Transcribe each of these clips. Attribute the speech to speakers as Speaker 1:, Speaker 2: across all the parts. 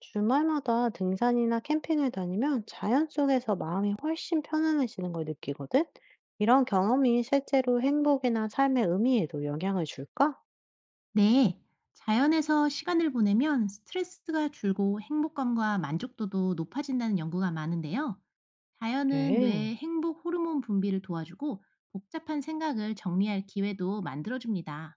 Speaker 1: 주말마다 등산이나 캠핑을 다니면 자연 속에서 마음이 훨씬 편안해지는 걸 느끼거든? 이런 경험이 실제로 행복이나 삶의 의미에도 영향을 줄까?
Speaker 2: 네, 자연에서 시간을 보내면 스트레스가 줄고 행복감과 만족도도 높아진다는 연구가 많은데요. 자연은
Speaker 1: 그래.
Speaker 2: 뇌의 행복 호르몬 분비를 도와주고 복잡한 생각을 정리할 기회도 만들어줍니다.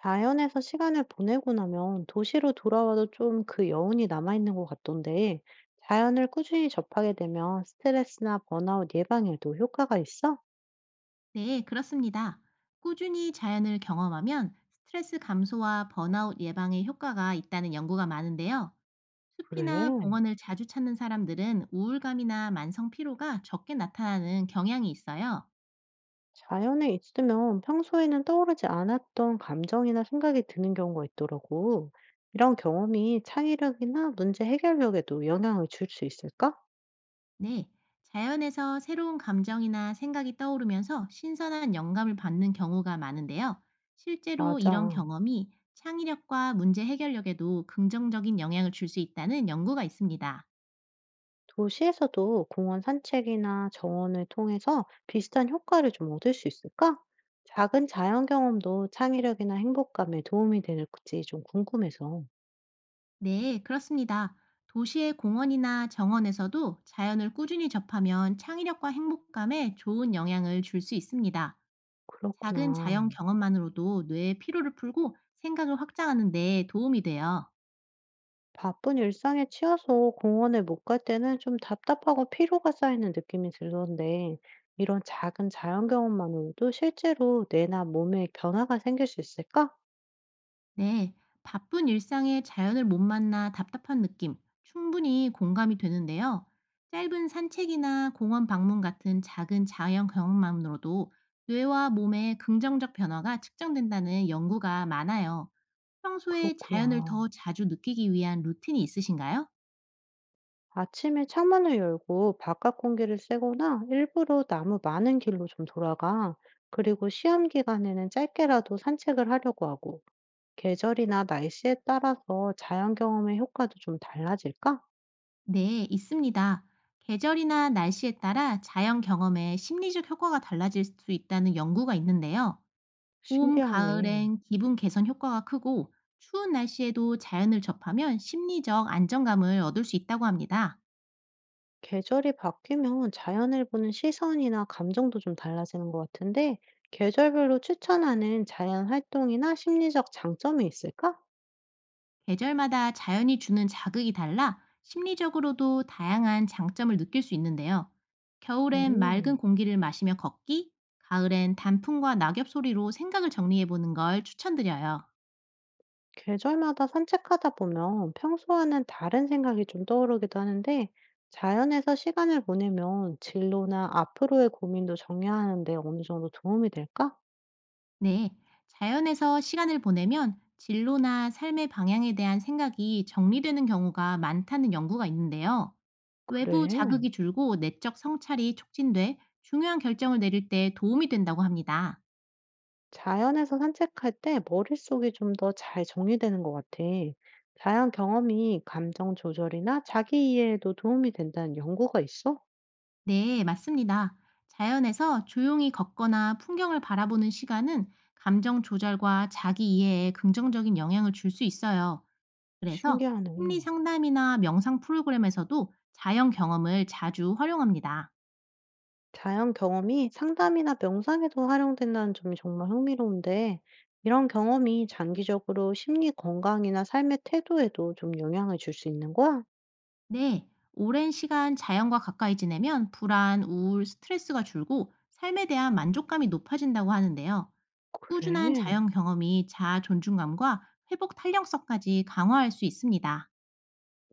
Speaker 1: 자연에서 시간을 보내고 나면 도시로 돌아와도 좀 그 여운이 남아있는 것 같던데, 자연을 꾸준히 접하게 되면 스트레스나 번아웃 예방에도 효과가 있어?
Speaker 2: 네, 그렇습니다. 꾸준히 자연을 경험하면 스트레스 감소와 번아웃 예방에 효과가 있다는 연구가 많은데요. 숲이나
Speaker 1: 그래.
Speaker 2: 공원을 자주 찾는 사람들은 우울감이나 만성 피로가 적게 나타나는 경향이 있어요.
Speaker 1: 자연에 있으면 평소에는 떠오르지 않았던 감정이나 생각이 드는 경우가 있더라고. 이런 경험이 창의력이나 문제 해결력에도 영향을 줄 수 있을까?
Speaker 2: 네, 자연에서 새로운 감정이나 생각이 떠오르면서 신선한 영감을 받는 경우가 많은데요. 실제로 이런
Speaker 1: 맞아.
Speaker 2: 경험이 창의력과 문제 해결력에도 긍정적인 영향을 줄 수 있다는 연구가 있습니다.
Speaker 1: 도시에서도 공원 산책이나 정원을 통해서 비슷한 효과를 좀 얻을 수 있을까? 작은 자연 경험도 창의력이나 행복감에 도움이 되는지 좀 궁금해서.
Speaker 2: 네, 그렇습니다. 도시의 공원이나 정원에서도 자연을 꾸준히 접하면 창의력과 행복감에 좋은 영향을 줄 수 있습니다. 작은
Speaker 1: 그렇구나.
Speaker 2: 자연 경험만으로도 뇌의 피로를 풀고 생각을 확장하는 데 도움이 돼요.
Speaker 1: 바쁜 일상에 치여서 공원에 못 갈 때는 좀 답답하고 피로가 쌓이는 느낌이 들던데, 이런 작은 자연 경험만으로도 실제로 뇌나 몸에 변화가 생길 수 있을까?
Speaker 2: 네, 바쁜 일상에 자연을 못 만나 답답한 느낌 충분히 공감이 되는데요. 짧은 산책이나 공원 방문 같은 작은 자연 경험만으로도 뇌와 몸의 긍정적 변화가 측정된다는 연구가 많아요. 평소에 자연을
Speaker 1: 그렇구나.
Speaker 2: 더 자주 느끼기 위한 루틴이 있으신가요?
Speaker 1: 아침에 창문을 열고 바깥 공기를 쐬거나 일부러 나무 많은 길로 좀 돌아가. 그리고 시험 기간에는 짧게라도 산책을 하려고 하고, 계절이나 날씨에 따라서 자연 경험의 효과도 좀 달라질까?
Speaker 2: 네, 있습니다. 계절이나 날씨에 따라 자연 경험의 심리적 효과가 달라질 수 있다는 연구가 있는데요. 봄,
Speaker 1: 신기하네.
Speaker 2: 가을엔 기분 개선 효과가 크고 추운 날씨에도 자연을 접하면 심리적 안정감을 얻을 수 있다고 합니다.
Speaker 1: 계절이 바뀌면 자연을 보는 시선이나 감정도 좀 달라지는 것 같은데, 계절별로 추천하는 자연 활동이나 심리적 장점이 있을까?
Speaker 2: 계절마다 자연이 주는 자극이 달라 심리적으로도 다양한 장점을 느낄 수 있는데요. 겨울엔 맑은
Speaker 1: 음,
Speaker 2: 공기를 마시며 걷기, 가을엔 단풍과 낙엽 소리로 생각을 정리해보는 걸 추천드려요.
Speaker 1: 계절마다 산책하다 보면 평소와는 다른 생각이 좀 떠오르기도 하는데, 자연에서 시간을 보내면 진로나 앞으로의 고민도 정리하는데 어느 정도 도움이 될까?
Speaker 2: 네, 자연에서 시간을 보내면 진로나 삶의 방향에 대한 생각이 정리되는 경우가 많다는 연구가 있는데요. 외부
Speaker 1: 그래.
Speaker 2: 자극이 줄고 내적 성찰이 촉진돼 중요한 결정을 내릴 때 도움이 된다고 합니다.
Speaker 1: 자연에서 산책할 때 머릿속이 좀 더 잘 정리되는 것 같아. 자연 경험이 감정 조절이나 자기 이해에도 도움이 된다는 연구가 있어?
Speaker 2: 네, 맞습니다. 자연에서 조용히 걷거나 풍경을 바라보는 시간은 감정 조절과 자기 이해에 긍정적인 영향을 줄 수 있어요. 그래서
Speaker 1: 신기하네.
Speaker 2: 심리 상담이나 명상 프로그램에서도 자연 경험을 자주 활용합니다.
Speaker 1: 자연 경험이 상담이나 명상에도 활용된다는 점이 정말 흥미로운데, 이런 경험이 장기적으로 심리 건강이나 삶의 태도에도 좀 영향을 줄 수 있는 거야?
Speaker 2: 네, 오랜 시간 자연과 가까이 지내면 불안, 우울, 스트레스가 줄고 삶에 대한 만족감이 높아진다고 하는데요. 꾸준한
Speaker 1: 그래.
Speaker 2: 자연 경험이 자아 존중감과 회복 탄력성까지 강화할 수 있습니다.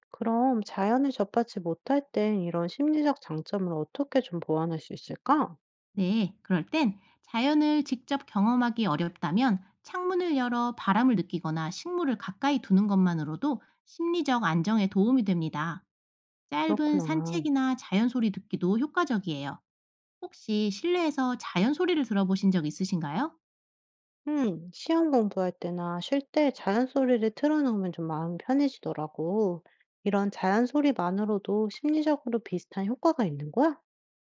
Speaker 1: 그럼 자연을 접하지 못할 땐 이런 심리적 장점을 어떻게 좀 보완할 수 있을까?
Speaker 2: 네, 그럴 땐 자연을 직접 경험하기 어렵다면 창문을 열어 바람을 느끼거나 식물을 가까이 두는 것만으로도 심리적 안정에 도움이 됩니다. 짧은
Speaker 1: 그렇구나.
Speaker 2: 산책이나 자연 소리 듣기도 효과적이에요. 혹시 실내에서 자연 소리를 들어보신 적 있으신가요?
Speaker 1: 시험 공부할 때나 쉴 때 자연 소리를 틀어놓으면 좀 마음이 편해지더라고. 이런 자연 소리만으로도 심리적으로 비슷한 효과가 있는 거야?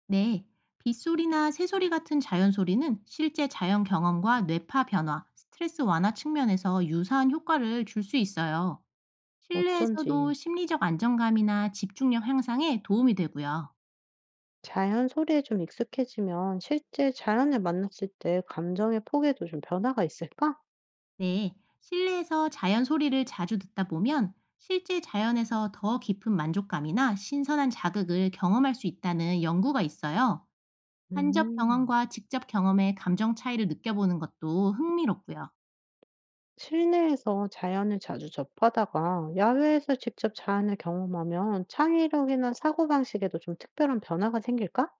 Speaker 2: 네. 빗소리나 새소리 같은 자연 소리는 실제 자연 경험과 뇌파 변화, 스트레스 완화 측면에서 유사한 효과를 줄 수 있어요.
Speaker 1: 어쩐지.
Speaker 2: 실내에서도 심리적 안정감이나 집중력 향상에 도움이 되고요.
Speaker 1: 자연 소리에 좀 익숙해지면 실제 자연을 만났을 때 감정의 폭에도 좀 변화가 있을까?
Speaker 2: 네. 실내에서 자연 소리를 자주 듣다 보면 실제 자연에서 더 깊은 만족감이나 신선한 자극을 경험할 수 있다는 연구가 있어요. 간접
Speaker 1: 음,
Speaker 2: 경험과 직접 경험의 감정 차이를 느껴보는 것도 흥미롭고요.
Speaker 1: 실내에서 자연을 자주 접하다가 야외에서 직접 자연을 경험하면 창의력이나 사고방식에도 좀 특별한 변화가 생길까?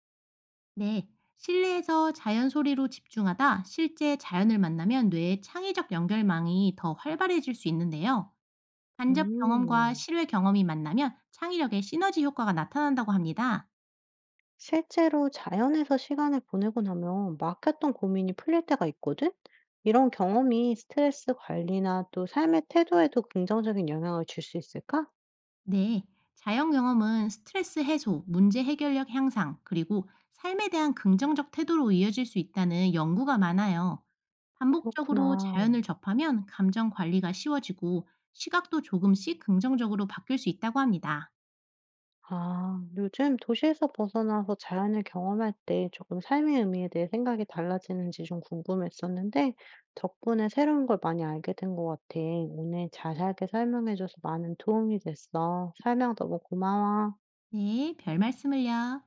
Speaker 2: 네. 실내에서 자연 소리로 집중하다 실제 자연을 만나면 뇌의 창의적 연결망이 더 활발해질 수 있는데요. 간접 경험과
Speaker 1: 음.
Speaker 2: 실외 경험이 만나면 창의력의 시너지 효과가 나타난다고 합니다.
Speaker 1: 실제로 자연에서 시간을 보내고 나면 막혔던 고민이 풀릴 때가 있거든? 이런 경험이 스트레스 관리나 또 삶의 태도에도 긍정적인 영향을 줄 수 있을까?
Speaker 2: 네, 자연 경험은 스트레스 해소, 문제 해결력 향상, 그리고 삶에 대한 긍정적 태도로 이어질 수 있다는 연구가 많아요. 반복적으로
Speaker 1: 그렇구나.
Speaker 2: 자연을 접하면 감정 관리가 쉬워지고 시각도 조금씩 긍정적으로 바뀔 수 있다고 합니다.
Speaker 1: 아, 요즘 도시에서 벗어나서 자연을 경험할 때 조금 삶의 의미에 대해 생각이 달라지는지 좀 궁금했었는데, 덕분에 새로운 걸 많이 알게 된 것 같아. 오늘 자세하게 설명해줘서 많은 도움이 됐어. 설명 너무 고마워.
Speaker 2: 네, 별 말씀을요.